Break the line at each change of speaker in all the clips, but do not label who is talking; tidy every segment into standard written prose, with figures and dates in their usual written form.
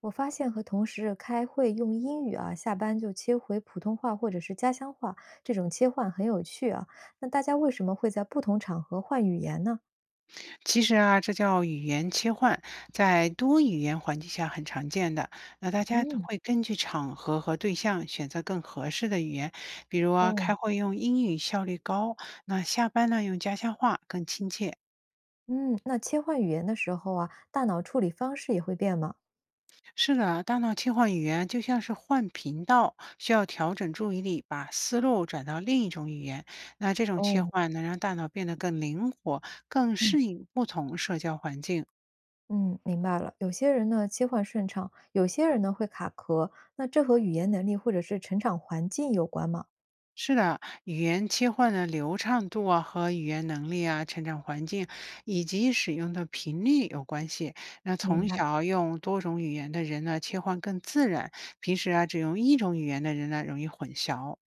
我发现和同事开会用英语啊，下班就切回普通话或者是家乡话，这种切换很有趣啊。那大家为什么会在不同场合换语言呢？
其实啊，这叫语言切换，在多语言环境下很常见的。那大家
嗯。
会根据场合和对象选择更合适的语言，比如啊，
哦。
开会用英语效率高，那下班呢用家乡话更亲切。
嗯，那切换语言的时候啊，大脑处理方式也会变吗？
是的啊，大脑切换语言就像是换频道，需要调整注意力，把思路转到另一种语言。那这种切
哦。
换能让大脑变得更灵活，更
嗯
适应不同社交环境。
嗯，明白了。有些人呢切换顺畅，有些人呢会卡壳，那这和语言能力或者是成长环境有关吗？
是的，语言切换的流畅度啊和语言能力啊、成长环境以及使用的频率有关系。那
明
从
白。
小用多种语言的人呢，切换更自然；平时啊只用一种语言的人呢，容易混淆。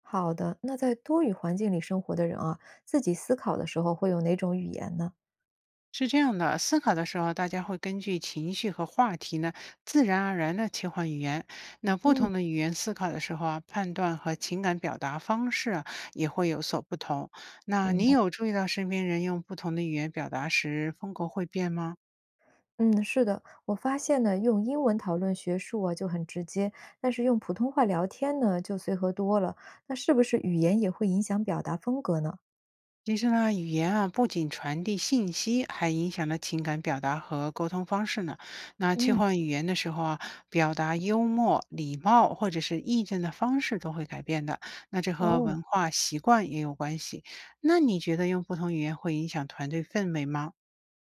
好的，那在多语环境里生活的人啊，自己思考的时候会用哪种语言呢？
是这样的，思考的时候，大家会根据情绪和话题呢，自然而然的切换语言。那不同
嗯。
的语言思考的时候啊，判断和情感表达方式啊，也会有所不同。那
明
你
白。
有注意到身边人用不同的语言表达时，风格会变吗？
嗯，是的，我发现呢，用英文讨论学术啊就很直接，但是用普通话聊天呢就随和多了。那是不是语言也会影响表达风格呢？
其实呢，语言啊，不仅传递信息，还影响了情感表达和沟通方式呢。那切
嗯。
换语言的时候啊，表达幽默、礼貌或者是意见的方式都会改变的。那这和
哦。
文化习惯也有关系。那你觉得用不同语言会影响团队氛围吗？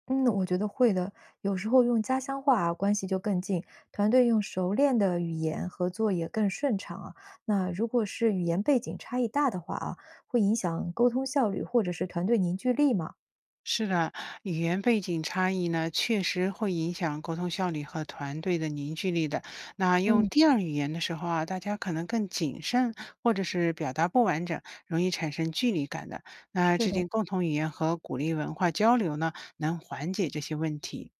嗯，我觉得会的。有时候用家乡话啊，关系就更近，团队用熟练的语言合作也更顺畅啊。那如果是语言背景差异大的话啊，会影响沟通效率或者是团队凝聚力嘛？
是的，语言背景差异呢，确实会影响沟通效率和团队的凝聚力的。那用
嗯。
第二语言的时候啊，大家可能更谨慎，或者是表达不完整，容易产生距离感的。那
是
制
的。
定共同语言和鼓励文化交流呢，能缓解这些问题。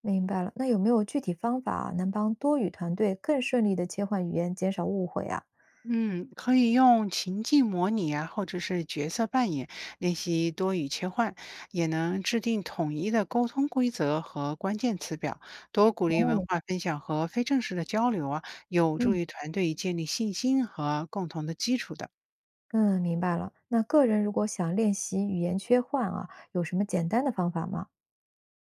明白了，那有没有具体方法啊能帮多语团队更顺利的切换语言，减少误会啊？
嗯，可以用情境模拟啊，或者是角色扮演练习多语切换，也能制定统一的沟通规则和关键词表。多鼓励文
哦。
化分享和非正式的交流啊，有助
嗯
于团队建立信心和共同的基础的。
嗯，明白了。那个人如果想练习语言切换啊，有什么简单的方法吗？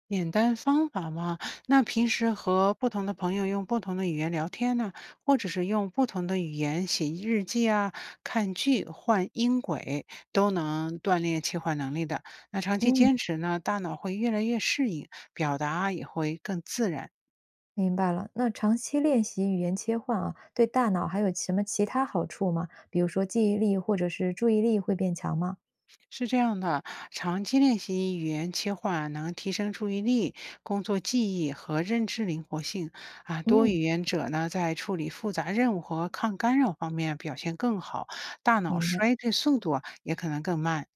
简单方法嘛，那平时和不同的朋友用不同的语言聊天呢、或者是用不同的语言写日记啊、看剧换音轨，都能锻炼切换能力的。那长期
嗯，
坚持呢，大脑会越来越适应，表达也会更自然。
明白了。那长期练习语言切换啊，对大脑还有什么其他好处吗？比如说记忆力或者是注意力会变强吗？
是这样的，长期练习语言切换能提升注意力、工作记忆和认知灵活性啊。多
嗯。
语言者呢，在处理复杂任务和抗干扰方面表现更好，大脑
明白。
衰退速度啊也可能更慢。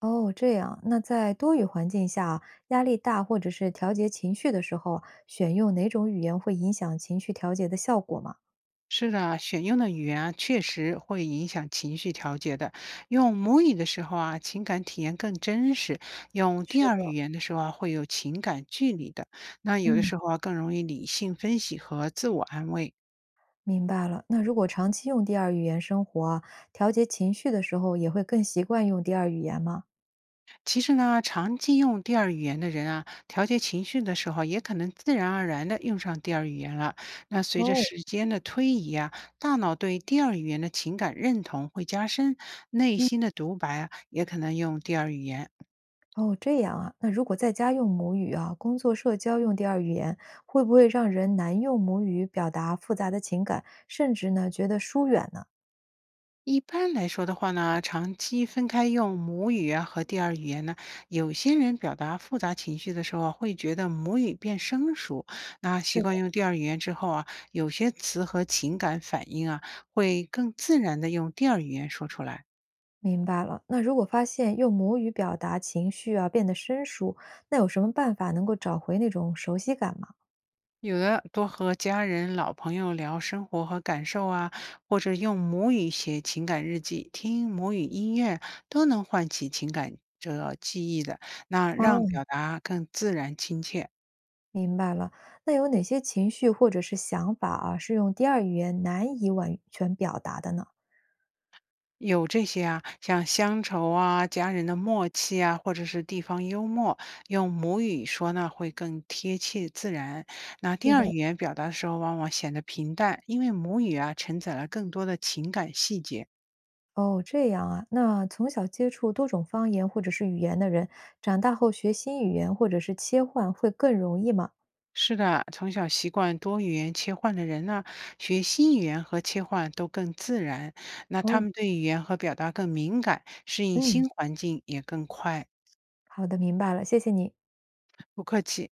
哦，这样，那在多语环境下啊压力大或者是调节情绪的时候啊选用哪种语言会影响情绪调节的效果吗？
是的，选用的语言啊，确实会影响情绪调节的。用母语的时候啊，情感体验更真实；用第
是
二语
的。
言的时候啊，会有情感距离的。那有的
嗯，
时候啊，更容易理性分析和自我安慰。
明白了。那如果长期用第二语言生活啊调节情绪的时候也会更习惯用第二语言吗？
其实呢，长期用第二语言的人啊，调节情绪的时候，也可能自然而然的用上第二语言了。那随着
哦。
时间的推移啊，大脑对第二语言的情感认同会加深，内
嗯。
心的独白啊，也可能用第二语言。
哦，这样啊。那如果在家用母语啊，工作社交用第二语言，会不会让人难用母语表达复杂的情感，甚至呢觉得疏远呢？
一般来说的话呢，长期分开用母语啊和第二语言呢，有些人表达复杂情绪的时候啊，会觉得母语变生疏。那习
是。
惯用第二语言之后啊，有些词和情感反应啊，会更自然的用第二语言说出来。
明白了。那如果发现用母语表达情绪啊变得生疏，那有什么办法能够找回那种熟悉感吗？
有的多和家人、老朋友聊生活和感受啊，或者用母语写情感日记、听母语音乐，都能唤起情感这记忆的，那让
哦。
表达更自然亲切。
明白了。那有哪些情绪或者是想法啊，是用第二语言难以完全表达的呢？
有这些啊，像乡愁啊、家人的默契啊，或者是地方幽默，用母语说呢会更贴切自然。那第
是
二语
的。
言表达的时候，往往显得平淡，因为母语啊承载了更多的情感细节。
哦，这样啊。那从小接触多种方言或者是语言的人，长大后学新语言或者是切换会更容易吗？
是的，从小习惯多语言切换的人呢，学新语言和切换都更自然。那他
哦。
们对语言和表达更敏感，适应
嗯。
新环境也更快。
好的，明白了，谢谢你。
不客气。